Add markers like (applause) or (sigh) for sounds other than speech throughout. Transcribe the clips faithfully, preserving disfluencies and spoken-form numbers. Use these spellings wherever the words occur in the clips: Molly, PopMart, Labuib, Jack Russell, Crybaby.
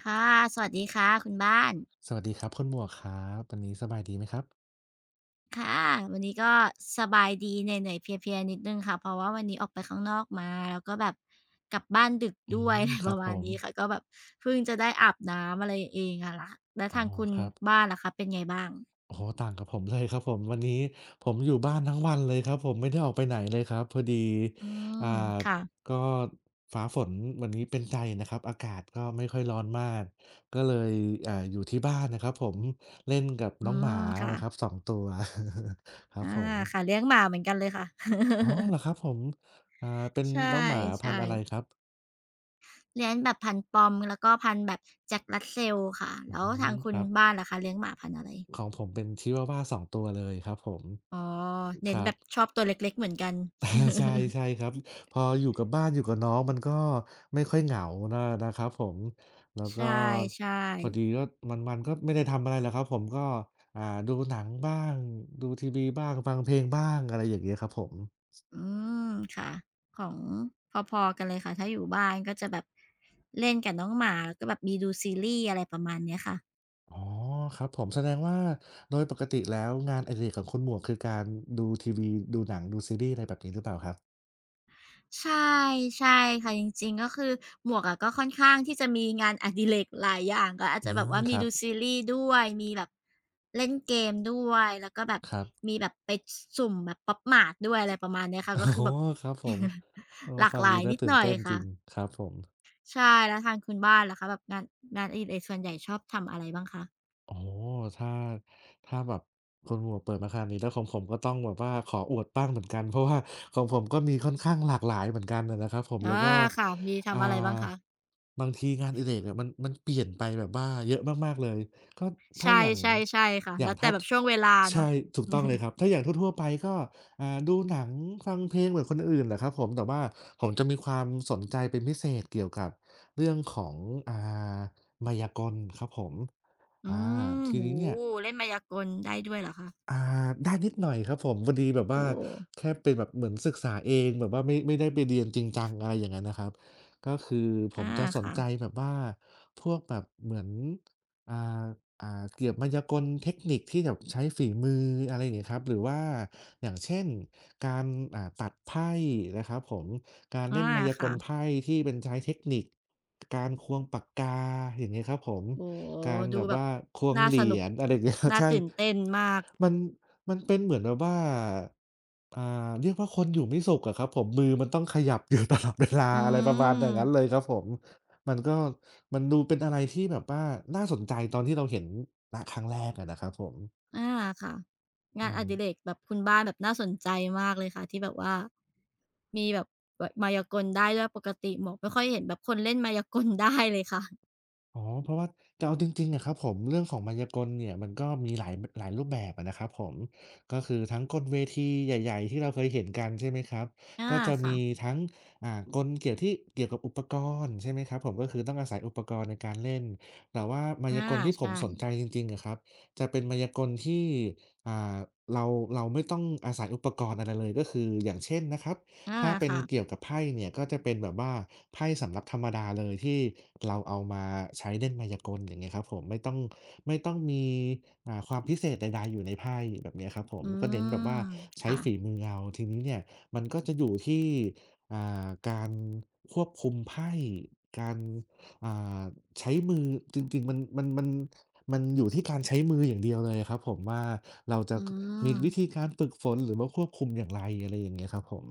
ค่ะสวัสดีค่ะคุณบ้านสวัสดีครับคุณหมวกครับวันนี้สบายดีไหมครับค่ะวันนี้ก็สบายดีเหนื่อยๆเพลียๆนิดหนึ่งค่ะ เพราะว่าวันนี้ออกไปข้างนอกมาแล้วก็แบบกลับบ้านดึกอืด้วย (laughs) มอะไรคปรับระผมาณมนี้ค่ะก็แบบเพิ่งจะได้อาบน้ำอะไรเองอะล่ะแล้วอ๋อทางคุณครับบ้านล่ะคะเป็นไงบ้างโอ้โฮต่างกับผมเลยครับผมวันนี้ผมอยู่บ้านทั้งวันเลยครับผมไม่ได้ออกไปไหนเลยครับพอดีอืมอ่าค่ะ ก็ฟ้าฝนวันนี้เป็นใจนะครับอากาศก็ไม่ค่อยร้อนมากก็เลยอ่าอยู่ที่บ้านนะครับผมเล่นกับอืน้องหมาม ค่ะนะครับสองตัว (laughs) ครับอาผค่ะมเลี้ยงหมาเหมือนกันเลยค่ะ อ๋อเหรอครับผมอ่าเป็น (laughs) ใชน้องหมาพันธุ์่อะไรคๆรับเลี้ยงแบบพันธุ์ปอมแล้วก็พันธุ์แบบ Jack Russell ค่ะอืแล้วทามงคุคณรับ บ้านล่ะคะเลี้ยงหมาพันธุ์อะไร ของผมเป็นชิวาวาสองตัวเลยครับผมอ๋อคเน้นรัแบบ บชอบตัวเล็กๆเหมือนกัน (laughs) อาใช่ใช่ (laughs) ครับพออยู่กับบ้านอยู่กับน้องมันก็ไม่ค่อยเหงานะนะครับผมแล้วก็ใช่พอดีๆก็วันๆก็ไม่ได้ทำอะไรหรอกครับผมก็อ่าดูหนังบ้างดูทีวีบ้างฟังเพลงบ้างอะไรอย่างเงี้ยครับผมอืมค่ะของพอๆกันเลยค่ะถ้าอยู่บ้านก็จะแบบเล่นกับน้องหมาแล้วก็แบบมีดูซีรีส์อะไรประมาณเนี้ยค่ะอ๋อครับผมแสดงว่าโดยปกติแล้วงานอดิเรกของคุณหมวกคือการดูทีวีดูหนังดูซีรีส์อะไรแบบนี้หรือเปล่าครับใช่ใช่ค่ะจริงๆก็คือหมวกอะก็ค่อนข้างที่จะมีงานอดิเรกหลายอย่างก็อาจอืจะแบบมว่าคมีรับดูซีรีส์ด้วยมีแบบเล่นเกมด้วยแล้วก็แบบครับ มีแบบไปสสุ่มแบบ PopMart ด้วยอะไรประมาณเนี้ยค่ะอ๋ก็คืออแบบ ครับผ (laughs) มเออหลากฟังหดูลายน่านิดตื่หนน่อยเต้นจค่ะ ริงครับผม ใช่แล้วทางคุณบ้านล่ะคะแบบงานงานอดิเรกส่วนใหญ่ชอบทำอะไรบ้างคะโอ้โฮถ้าถ้าแบบคุณหมวกเปิดมาขนาดนี้แล้วของผมก็ต้องแบบว่าขออวดบ้างเหมือนกันเพราะว่าของผมก็มีค่อนข้างหลากหลายเหมือนกันอะนะครับผมอาแล้วก็ค่ะมีอ่าทำอะไรบ้างคะบางทีงานอดิเรกเนี่ยมันมันเปลี่ยนไปแบบว่าเยอะมากๆเลย ก็ถ้าใช่อย่าง ใช่ใช่ค่ะอแล้ย่างวแต่ถ้าแบทบช่วงเวลาเนาะใช่ถูกต้องเลยครับถ้าอย่างทั่วๆไปก็อ่าดูหนังฟังเพลงเหมือนคนอื่นแหละครับผมแต่ว่าผมจะมีความสนใจเป็นพิเศษเกี่ยวกับเรื่องของอ่าไมายากลครับผม อือามทีโอ้โฮนี้เนี่ยเล่นมายากลได้ด้วยเหรอคะอ่าได้นิดหน่อยครับผมพอดีแบบว่าโอ้โฮแค่เป็นแบบเหมือนศึกษาเองแบบว่าไม่ไม่ได้ไปเรียนจริงจังอะไรอย่างงั้นนะครับก็คือผอามจะสนค่ะใจแบบว่าพวกแบบเหมือนอ่าอ่าเกี่ยวกับมายากลเทคนิคที่แบบใช้ฝีมืออะไรอย่างเงี้ยครับหรือว่าอย่างเช่นการอ่าตัดไพ่นะครับผมการอาเล่นมายากค่ะลไพ่ที่เป็นใช้เทคนิคการควงปากกาอย่างงี้ครับผม โอ้โฮการแบดูบแบบว่าควงน่าเหรีสนุยกญอะไรอย่างเงี้ย (laughs) น่าใช่ตื่นเต้นมากมันมันเป็นเหมือนแบบว่าอ่าเรียกว่าคนอยู่ไม่สุขอะครับผมมือมันต้องขยับอยู่ตลอดเวลาอือะไรประมาณอย่างงั้นเลยม ครับผม มันก็มันดูเป็นอะไรที่แบบว่าน่าสนใจตอนที่เราเห็นณครั้งแรกอะนะครับผมอาค่ะงาอืนอม ดิเรกแบบคุณบ้านแบบน่าสนใจมากเลยค่ะที่แบบว่ามีแบบแบบมายากลได้ด้วยปกติหมวกไม่ค่อยเห็นแบบคนเล่นมายากลได้เลยค่ะ (laughs) อ๋อเพราะว่าแต่เอาจริงๆอะครับผมเรื่องของมายากลเนี่ยมันก็มีหลายมหลายรูปแบบอะนะครับผมก็คือทั้งกลเวทีใหญ่ๆที่เราเคยเห็นกันใช่ไหมครับอาก็จะค่ะมีทั้งอ่ากลเกี่ยวที่เกี่ยวกับอุปกรณ์ใช่ไหมครับผมก็คือต้องอาศัยอุปกรณ์ในการเล่นแต่ว่ามาอายากลที่ผมใช่สนใจจริงๆอะครับจะเป็นมายากลที่อ่าเราเราไม่ต้องอาศัยอุปกรณ์อะไรเลยก็คืออย่างเช่นนะครับ อาถ้าเป็นค่ะเกี่ยวกับไพ่เนี่ยก็จะเป็นแบบว่าไพ่สำหรับธรรมดาเลยที่เราเอามาใช้เล่นมายากลอย่างเงี้ยครับผมไม่ต้องไม่ต้องมีอ่าความพิเศษใดๆอยู่ในไพ่แบบเนี้ยครับผมอืก็เน้นแบบว่ามใช้ค่ะฝีมือเอาทีนี้เนี่ยมันก็จะอยู่ที่อ่าการควบคุมไพ่การอ่าใช้มือจริงๆมันมันมันมันอยู่ที่การใช้มืออย่างเดียวเลยครับผมว่าเราจะอืกมีมวิธีการฝึกฝนหรือว่าควบคุมอย่างไรอะไรอย่างเงี้ยครับผม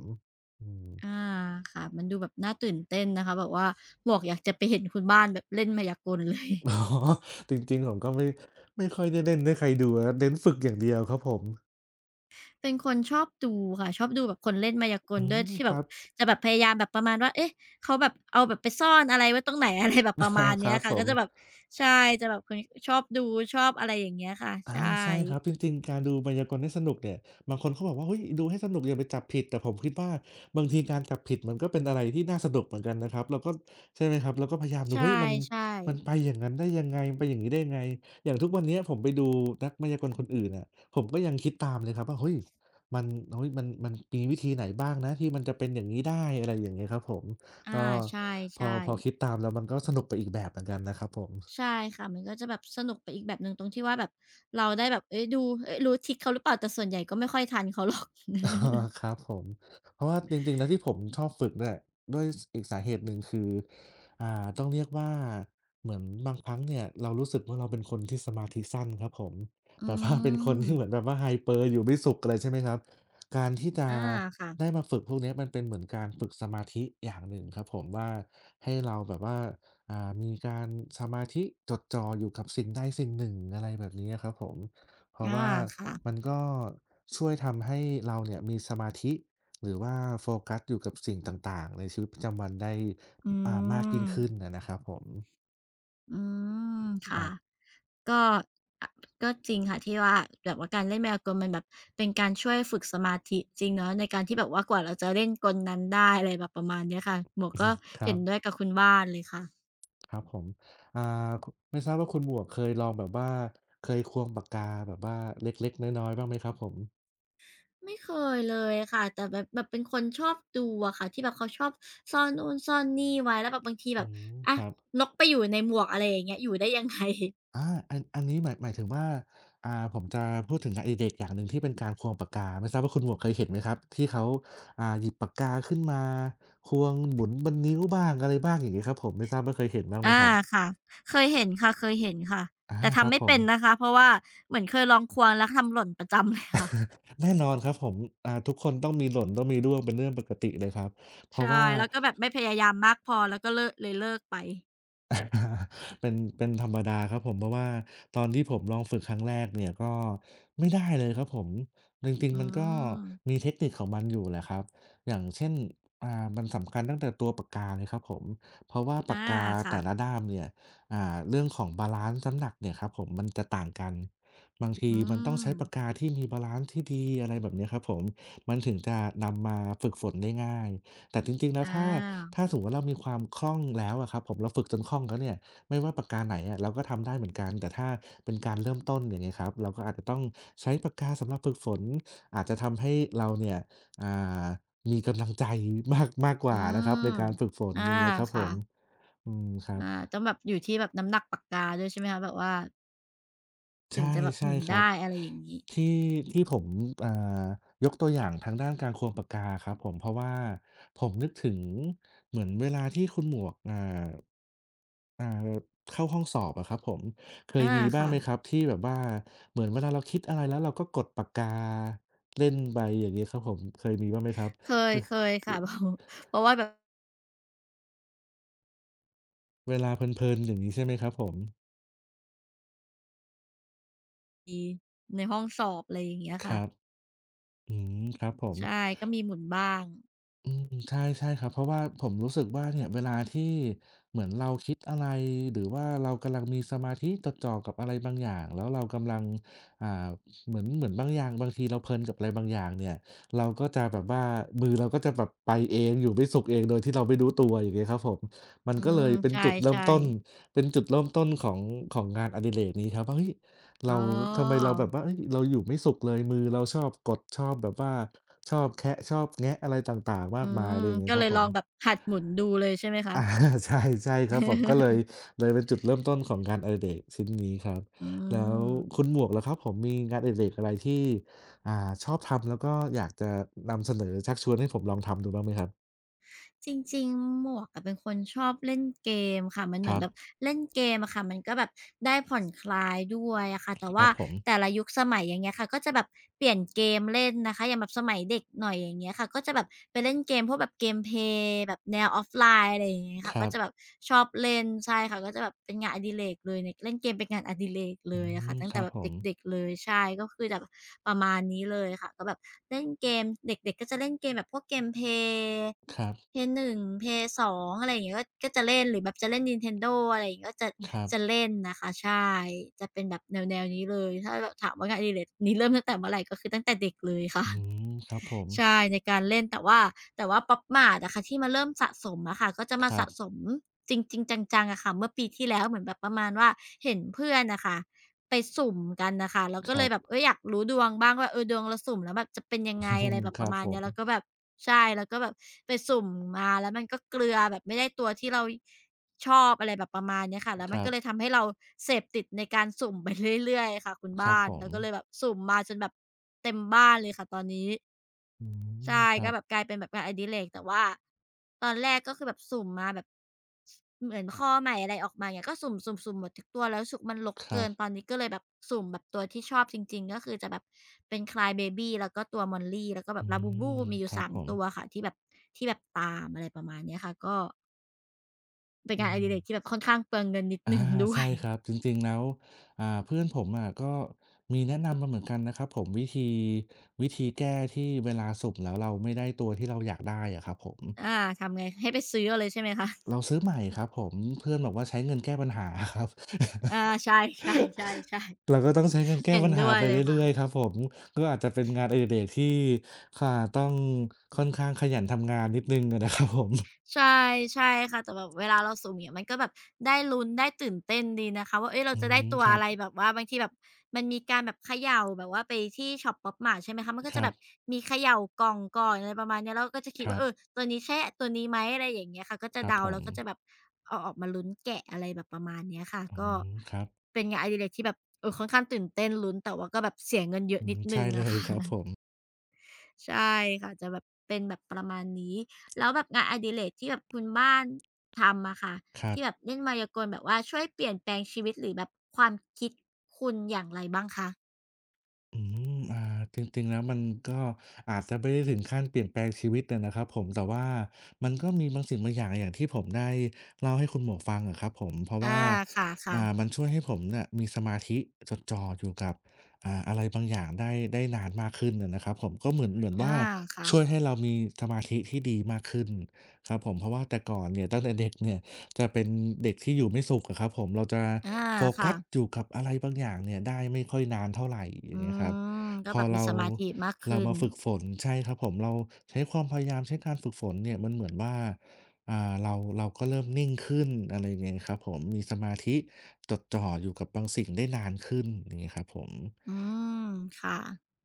อืม อาค่ะมันดูแบบน่าตื่นเต้นนะคะแบบว่าหมวกอยากจะไปเห็นคุณบ้านแบบเล่นมายากลเลย (laughs) อ๋อจริงๆผมก็ไม่ไม่ค่อยได้เล่นให้ใครดูอะเน้นฝึกอย่างเดียวครับผมเป็นคนชอบดูค่ะชอบดูแบบคนเล่นมายากลอืด้วยมที่คแบบรับ จะแบบพยายามแบบประมาณว่าเอ๊ะเขาแบบเอาแบบไปซ่อนอะไรไว้ตรงไหน (laughs) อะไรแบบประ (laughs) อามาณคเนี้รัยบผค่ะก็ม จะแบบใช่จะแบบคนชอบดูชอบอะไรอย่างเงี้ยค่ะอาใชใช่ครับ่จริงๆการดูไมายากลให้สนุกเนี่ยบางคนเขาบอกว่าเฮ้ยดูให้สนุกอย่าไปจับผิดแต่ผมคิดว่าบางทีการจับผิดมันก็เป็นอะไรที่น่าสนุกเหมือนกันนะครับเราก็ใช่ไหมครับเราก็พยายามดูใชเฮ้ยมัน่มันไปๆอย่างนั้นได้ยังไงไปอย่างงี้ได้ยังไงอย่างทุกวันเนี้ยผมไปดูนักไมายากลคนอื่นอะผมก็ยังคิดตามเลยครับว่าเฮ้ยมันเฮ้ยมันมันมีวิธีไหนบ้างนะที่มันจะเป็นอย่างงี้ได้อะไรอย่างเงี้ยครับผมก็อาใชพอ่พอคิดๆตามแล้วมันก็สนุกไปอีกแบบเหมือนกันนะครับผม ใช่ค่ะมันก็จะแบบสนุกไปอีกแบบหนึ่งตรงที่ว่าแบบเราได้แบบเอ๊ยดูเอ๊ยรู้ทริกเขาหรือเปล่าแต่ส่วนใหญ่ก็ไม่ค่อยทันเขาหรอก (laughs) อ๋อครับผมเพราะว่าจริงๆแล้วที่ผมชอบฝึกเนี่ยด้วยสอีกสาเหตุหนึ่งคืออ่าต้องเรียกว่าเหมือนบางครั้งเนี่ยเรารู้สึกว่าเราเป็นคนที่สมาธิสั้นครับผม (laughs) อืแบบว่าเป็นคนมที่เหมือนแบบว่า hyper อยู่ไม่สุขอะไรใช่ไหมครับการที่จะอาค่ะได้มาฝึกพวกเนี้ยมันเป็นเหมือนการฝึกสมาธิอย่างหนึ่งครับผมว่าให้เราแบบว่าอ่ามีการสมาธิจดจ่ออยู่กับสิ่งใดสิ่งหนึ่งอะไรแบบนี้อะครับผม เพราะอาว่าค่ะมันก็ช่วยทำให้เราเนี่ยมีสมาธิหรือว่าโฟกัสอยู่กับสิ่งต่างๆในชีวิตประจำวันได้อือ่ามากยิ่มงขึ้นอะนะครับผมอืมครัค่ะ บก็อะก็จริงค่ะที่ว่าแบบว่าการเล่นไมายากลมันแบบเป็นการช่วยฝึกสมาธิจริงเนาะในการที่แบบว่ากว่าเราจะเล่นกลนั้นได้อะไรแบบประมาณเนี้ยค่ะหมวกก็ครัเห็นด้วยบกับคุณบ้านเลยค่ะครับผมอ่าคุไม่ทราบว่าคุณหมวกเคยลองแบบว่าเคยควงปากกาแบบว่าเล็กๆน้อยๆบ้างไหมครับผมไม่เคยเลยค่ะแต่แบบแบบเป็นคนชอบดูอะค่ะที่แบบเขาชอบซ่อนนู่นซ่อนนี่ไว้แล้วแบบบางทีแบอืบมอะครับ นกไปอยู่ในหมวกอะไรอย่างเงี้ยอยู่ได้ยังไงอาอันอันนี้หมายหมายถึงว่าอ่าผมจะพูดถึงงานอดิเรกอย่างหนึ่งที่เป็นการควงปากกาไม่ทราบว่าคุณหมวกเคยเห็นไหมครับที่เขาอ่าหยิบปากกาขึ้นมาควงหมุนบนนิ้วบ้างอะไรบ้างอย่างงี้ครับผมไม่ทราบว่าเคยเห็นบ้างไหมอาครับค่ะเคยเห็นค่ะเคยเห็นค่ะอาแต่ครัทำบไม่ผมเป็นนะคะเพราะว่าเหมือนเคยลองควงแล้วทำหล่นประจำเลยค่ะ แน่นอนครับผมอ่าทุกคนต้องมีหล่นต้องมีร่วงเป็นเรื่องปกติเลยครับเพราะใช่ว่า แล้วก็แบบไม่พยายามมากพอแล้วก็เลิกเลยเลิกไป (laughs) เป็นเป็นธรรมดาครับผมเพราะว่าตอนที่ผมลองฝึกครั้งแรกเนี่ยก็ไม่ได้เลยครับผมจริงๆอืมันก็มมีเทคนิคของมันอยู่แหละครับอย่างเช่นอ่ามันสำคัญตั้งแต่ตัวปากกาเลยครับผมเพราะว่าอาปากกาแต่ละค่ะด้ามเนี่ยอ่าเรื่องของบาลานซ์น้ำหนักเนี่ยครับผมมันจะต่างกันบางทีอืมันต้องมใช้ปากกาที่มีบาลานซ์ที่ดีอะไรแบบเนี้ยครับผมมันถึงจะนำมาฝึกฝนได้ง่าย แต่จริงๆแล้วอถ้าาถ้าสมมุติว่าเรามีความคล่องแล้วอะครับผมเราฝึกจนคล่องแล้วเนี่ยไม่ว่าปากกาไหนอะเราก็ทำได้เหมือนกันแต่ถ้าเป็นการเริ่มต้นอย่างเงี้ยครับเราก็อาจจะต้องใช้ปากกาสำหรับฝึกฝนอาจจะทำให้เราเนี่ยอ่ามีกำลังใจมากมากกอืว่านะครับในมการฝึกฝนอาอย่างเงี้ยครับผค่ะมอืมครับ อาต้องแบบอยู่ที่แบบน้ำหนักปากกาด้วยใช่ไหมคะแบบว่าถึงใช่จะแบบหใช่มุนครับได้อะไรอย่างงี้ที่ที่ผมอ่ายกตัวอย่างทางด้านการควงปากกาครับผมเพราะว่าผมนึกถึงเหมือนเวลาที่คุณหมวกอ่าอ่าเข้าห้องสอบอะครับผมเคยอามีบ้างค่ะไหมครับที่แบบว่าเหมือนเวลาเราคิดอะไรแล้วเราก็กดปากกาเล่นไปอย่างงี้ครับผมเคยมีบ้างไหมครับเคยเวเคยค่ะ (laughs) เพราะเพราะว่าแบบเวลาเพลินๆอย่างงี้ใช่ไหมครับผมมีในห้องสอบอะไรอย่างเงี้ยคค่ะรับอืมครับผม ใช่ก็มีหมุนบ้างอืมใช่ใช่ครับเพราะว่าผมรู้สึกว่าเนี่ยเวลาที่เหมือนเราคิดอะไรหรือว่าเรากำลังมีสมาธิจดจ่อกับอะไรบางอย่างแล้วเรากำลังอ่าเหมือนเหมือนบางอย่างบางทีเราเพลินกับอะไรบางอย่างเนี่ยเราก็จะแบบว่ามือเราก็จะแบบไปเองอยู่ไม่สุขเองโดยที่เราไม่รู้ตัวอย่างเงี้ยครับผมมันอืก็เลมยเป็นจุดเริ่มใช่ต้นๆเป็นจุดเริ่มต้นของของงานอดิเรกนี้ครับว่าเฮ้ย อ๋เราอทำไมเราแบบว่าเฮ้ยเราอยู่ไม่สุขเลยมือเราชอบกดชอบแบบว่าชอบแคะชอบแงะอะไรต่างๆมาอืกมายอะมไรอย่างงี้ก็ครัเลบยผลมองแบบหัดหมุนดูเลยใช่ไหมคะ อา (laughs) ใช่ใช่ครับผมก็เลย (laughs) เลยเป็นจุดเริ่มต้นของงานอดิเรกชิ้นนี้ครับอืแล้วม คุณหมวกล่ะครับผมมีงานอดิเรกอะไรที่อ่าชอบทำแล้วก็อยากจะนำเสนอชักชวนให้ผมลองทำดูบ้างไหมครับจริงๆหมวกอะเป็นคนชอบเล่นเกมค่ะมันเหคมือรันแบบบเล่นเกมอะค่ะมันก็แบบได้ผ่อนคลายด้วยอะค่ะแต่ครัว่าบผมแต่ละยุคสมัยอย่างเงี้ยค่ะก็จะแบบเปลี่ยนเกมเล่นนะคะอย่างแบบสมัยเด็กหน่อยอย่างเงี้ยค่ะก็จะแบบไปเล่นเกมพวกแบบเกมเพย์แบบแนวออฟไลน์อะไรอย่างเงี้ยคค่ะรัก็บจะแบบชอบเล่นใช่ค่ะก็จะแบบเป็นงานอดิเรกเลยเนยเล่นเกมเป็นงานอดิเรกอืเลยอะค่ะมตั้งคแต่รับแบบผเมด็กๆเลยใช่ก็คือจะแบบประมาณนี้เลยค่ะก็แบบเล่นเกมเด็กๆก็จะเล่นเกมแบบพวกเกมเพย์ ครับ เพลย์ วัน เพลย์ ทูอะไรอย่างเงี้ยก็ก็จะเล่นหรือแบบจะเล่น Nintendo อะไรอย่างงี้ก็จะครับจะเล่นนะคะใช่จะเป็นแบบแนวๆนี้เลยถ้าแบบถามว่างานอดิเรกนี้เริ่มตั้งแต่เมื่อไรก็คือตั้งแต่เด็กเลยค่ะ อืมครับผมใช่ในการเล่นแต่ว่าแต่ว่า Pop Mart อะค่ะที่มาเริ่มสะสมอะค่ะก็จะคมารัสะบสมจริงๆจังๆอะค่ะเมื่อปีที่แล้วเหมือนแบบประมาณว่าเห็นเพื่อนน่ะค่ะไปสุ่มกันน่ะค่ะเราคก็เลรัยบแบบเฮ้ยอยากรู้ดวงบ้างว่าเออดวงเราสุ่มแล้วแบบจะเป็นยังไงอะไรแบบคปรัระบมาณผเนี้ม ยแล้วก็แบบใช่แล้วก็แบบไปสุ่มมาแล้วมันก็เกลือแบบไม่ได้ตัวที่เราชอบอะไรแบบประมาณเนี้ยค่ะแล้วคมันรัก็บเลยทำให้เราเสพติดในการสุ่มไปเรื่อยๆค่ะคุณครับบ้านผมเราก็เลยแบบสุ่มมาจนแบบเต็มบ้านเลยค่ะตอนนี้ อืมใช่ครัก็บแบบกลายเป็นแบบงานอดิเรกแต่ว่าตอนแรกก็คือแบบสุ่มมาแบบเหมือนข้อใหม่อะไรออกมาเงี้ยก็สุ่มๆๆหมดทุกตัวแล้วรู้สึกมันรกครัเกิบนตอนนี้ก็เลยแบบสุ่มแบบตัวที่ชอบจริงๆก็คือจะแบบเป็น Crybaby แล้วก็ตัว Molly แล้วก็แบอืบ Labubu มมีอคยู่รับสามผมตัวค่ะที่แบบที่แบบตามอะไรประมาณเนี้ยค่ะก็เป็นอืงานอดิมเรกที่แบบค่อนข้างเปลืองเงินนิดหอานึ่งด้วใช่ย ครับจริงๆแล้วอ่าเพื่อนผมอะก็มีแนะนำมาเหมือนกันนะครับผมวิธีวิธีแก้ที่เวลาสุ่มแล้วเราไม่ได้ตัวที่เราอยากได้อะครับผม (laughs) อาทำไงให้ไปซื้อเอาเลยใช่ไหมคะเราซื้อใหม่ครับผมเพื่อนบอกว่าใช้เงินแก้ปัญหาครับ อาใช่ๆ (laughs) เราๆก็ต้องใช้เงินๆแก้เห็นปัญด้หาวยไปเลยค่ะ เรื่อยๆครับผมก็อาจจะเป็นงานอดิเรกที่อ่าต้องค่อนข้างขยันทำงานนิดหนึ่งอะนะครับผม (laughs) ใช่ใช่ค่ะแต่แบบเวลาเราสุ่มเงี่ยมันก็แบบได้ลุ้นได้ตื่นเต้นดีนะคะว่าเอ๊ยเราอืจะได้มตัวครัอะบไรแบบว่าบางทีแบบมันมีการแบบเขย่าแบบว่าไปที่ช็อปป๊อปมาร์ตใช่ไหมคะมันก็คจะรัแบบบมีเขย่ากล่องก่อนอะไรประมาณเนี้ยเราก็จะคิคดรัว่าบเออตัวนี้ใช่ตัวนี้ไหมอะไรอย่างเงี้ยค่ะก็จะครับเดาผแล้มวก็จะแบบเอาออกมาลุ้นแกะอะไรแบบประมาณเนี้ยค่ะอืก็มครับเป็นงานอดิเรกที่แบบเออค่อนข้างตื่นเต้นลุ้นแต่ว่าก็แบบเสียเงินเยอือะนิมดหใช่นึ่งเลอะยค่ะ ครับผมใช่ค่ะจะแบบเป็นแบบประมาณนี้แล้วแบบงานอดิเรกที่แบบคุณบ้านทำอะค่ะครับ ที่แบบเล่นไวยากลแบบว่าช่วยเปลี่ยนแปลงชีวิตหรือแบบความคิดคุณอย่างไรบ้างคะอืมอ่าจริงๆแล้วมันก็อาจจะไม่ได้ถึงขั้นเปลี่ยนแปลงชีวิตอะนะครับผมแต่ว่ามันก็มีบางสิ่งบางอย่างอย่างที่ผมได้เล่าให้คุณหมวกฟังอะครับผมเพราะอาว่าค่ะอ่ามันช่วยให้ผมเนี่ยมีสมาธิจดจ่ออยู่กับอ่าอะไรบางอย่างได้ได้นานมากขึ้นอะนะครับผมก็เหมือนเหมือนๆว่าอาค่ะช่วยให้เรามีสมาธิที่ดีมากขึ้นครับผมเพราะว่าแต่ก่อนเนี่ยตั้งแต่เด็กเนี่ย จะเป็นเด็กที่อยู่ไม่สุขอะครับผมเราจะอาโฟกัสอค่ะยู่กับอะไรบางอย่างเนี่ยได้ไม่ค่อยนานเท่าไรอย่าอืงเงี้ยครับมพก็อแบบมีเราสมาธิมากเราขึ้น มาฝึกฝนใช่ครับผมเราใช้ความพยายามใช้การฝึกฝนเนี่ยมันเหมือนว่าอ่าเราเราก็เริ่มนิ่งขึ้นอะไรอย่างเงี้ยครับผมมีสมาธิจดจ่ออยู่กับบางสิ่งได้นานขึ้นอย่างงี้ครับผม อืมค่ะ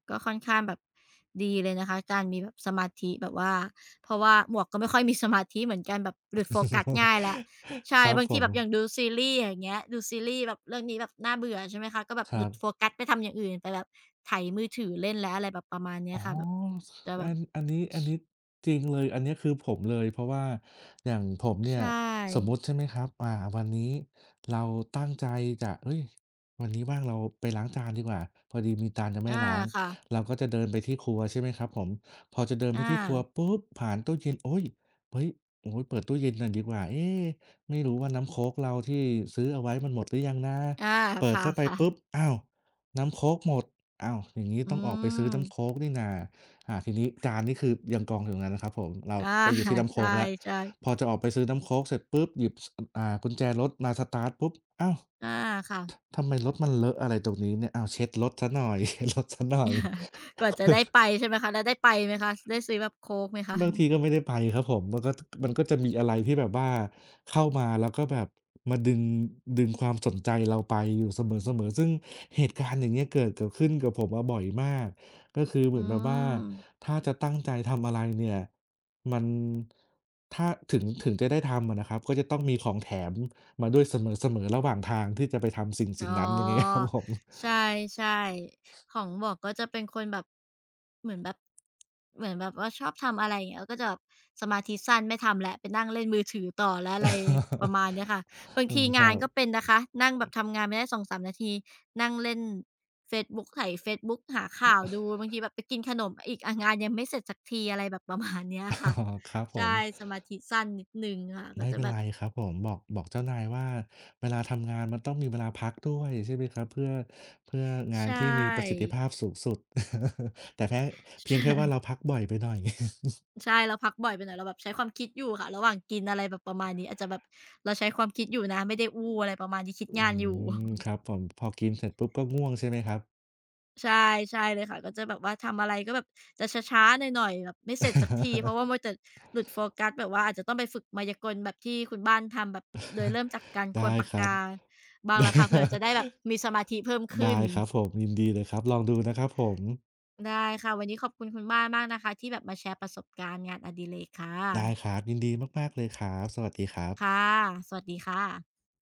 ก็ค่อนข้างแบบดีเลยนะคะการมีแบบสมาธิแบบว่าเพราะว่าหมวกก็ไม่ค่อยมีสมาธิเหมือนกันแบบหลุดโฟกัสง่ายแหละ (laughs) ใช่ครับบางผทีแบบอย่างมดูซีรีส์อย่างเงี้ยดูซีรีส์แบบเรื่องนี้แบบน่าเบื่อใช่ไหมคะก็แบบคหรัลุดโฟบ กัสไปทำอย่างอื่นไปแบบไถมือถือเล่นแล้วอะไรแบบประมาณเนี้ยอ๋อค่ะแบบจะแบอับนอันนี้อันนี้ชจริงเลยอันเนี้ยคือผมเลยเพราะว่าอย่างผมใชเนี่ยสมมุ่ติใช่ไหมครับอ่าวันนี้เราตั้งใจจะเฮ้ยวันนี้ว่างเราไปล้างจานดีกว่าพอดีมีจานจะไม่อาล้างค่ะเราก็จะเดินไปที่ครัวใช่ไหมครับผมพอจะเดินไปอาที่ครัวปุ๊บผ่านตู้เย็นโอ๊ยเฮ้ยโอ้ยเปิดตู้เย็นหน่อยดีกว่าเอ๊ะไม่รู้ว่าน้ำโค้กเราที่ซื้อเอาไว้มันหมดหรือยังนะอาเปิดเข้าไปค่ะปุ๊บๆอ้าว น้ำโค้กหมดอ้าวอย่างงี้อืต้องออกไปซื้อมน้ำโค้กนี่นาอ่าทีนี้จานนี่คือยังกองอยู่ตรงนั้นนะครับผม เราอา ไปอยู่ที่ (laughs) น้ำใชโค้กแล้ว่พอๆจะออกไปซื้อน้ำโค้กเสร็จปุ๊บหยิบสอ่ากุญแจรถมาสตาร์ตปุ๊บอ้าวอาค่ะ ทำไมรถมันเลอะอะไรตรงนี้เนี่ยอ้าวเช็ดรถเสียหน่อย (laughs) เช็ดรถเสียหน่อย (laughs) กว่าจะได้ไปใช่ไหมคะแล้วได้ไปไหมคะได้ซื้อแบบโค้กไหมคะบางทีก็ไม่ได้ไปครับผมมันก็มันก็จะมีอะไรที่แบบว่าเข้ามาแล้วก็แบบมาดึงดึงความสนใจเราไปอยู่เสมอๆซึ่งเหตุการณ์อย่างเงี้ยเกิดเกิดขึ้นกับผมอะบ่อยมากก็คือเหอืมือนแบบว่าม ถ้าจะตั้งใจทำอะไรเนี่ยมันถ้าถึงถึงจะได้ทำอะนะครับก็จะต้องมีของแถมมาด้วยเสมอๆระหว่างทางที่จะไปทำสิ่งอ๋สิ่งอนั้นอย่างงี้ครับผม ใช่ๆของหมวกก็จะเป็นคนแบบเหมือนแบบเหมือนแบบว่าชอบทำอะไรอย่างเงี้ยก็จะแบบสมาธิสั้นไม่ทำแล้วไปนั่งเล่นมือถือต่อแล้วอะไรประ (laughs) มาณเนี้ยค่ะบางอืทีมคงารันบ ก็เป็นนะคะนั่งแบบทำงานไปได้สองถึงสามนาทีนั่งเล่นเฟซบุ๊กไถเฟซบุ๊กหาข่าวดูบางทีแบบไปกินขนมอีกอะงานยังไม่เสร็จสักทีอะไรแบบประมาณเนี้ยค่ะ (laughs) อ๋อครับ (laughs) ผม ใช่สมาธิสั้นนิดหนึ่งค่ะก็ไม่จะเป็นแบบไรครับผมบอกบอกเจ้านายว่าเวลาทำงานมันต้องมีเวลาพักด้วยใช่ไหมครับเพื่อเพื่องานใช่ ที่มีประสิทธิภาพสูงสุด (laughs) แต่แพ้ (laughs) เพียงใช่ แค่ว่าเราพักบ่อยไปหน่อย (laughs) ใช่เราพักบ่อยไปหน่อยเราแบบใช้ความคิดอยู่ค่ะระหว่างกินอะไรแบบประมาณนี้อาจจะแบบเราใช้ความคิดอยู่นะไม่ได้อู้อะไรประมาณนี้คิดอืงานอยู่ ม (laughs) ครับผมพอกินเสร็จปุ๊บก็ง่วงใช่ไหมครับ ใช่ใช่เลยค่ะก็จะแบบว่าทำอะไรก็แบบจะช้าๆหน่อยๆแบบไม่เสร็จสักทีเพราะว่ามัว (laughs) แต่หลุดโฟกัสแบบว่าอาจจะต้องไปฝึกไมายากลแบบที่คุณบ้านทำแบบโดยเริ่มจากการควได้นปากครักาบ บ้างแล้วค่ะเผื่อจะได้แบบมีสมาธิเพิ่ม (laughs) ขึ้ได้นครับผมยินดีเลยครับลองดูนะครับผมได้ค่ะวันนี้ขอบคุณคุณบ้านมากนะคะที่แบบมาแชร์ประสบการณ์งานอดิเรกค่ะได้ครับยินดีมากๆเลยครับสวัสดีครับค่ะสวัสดีค่ะ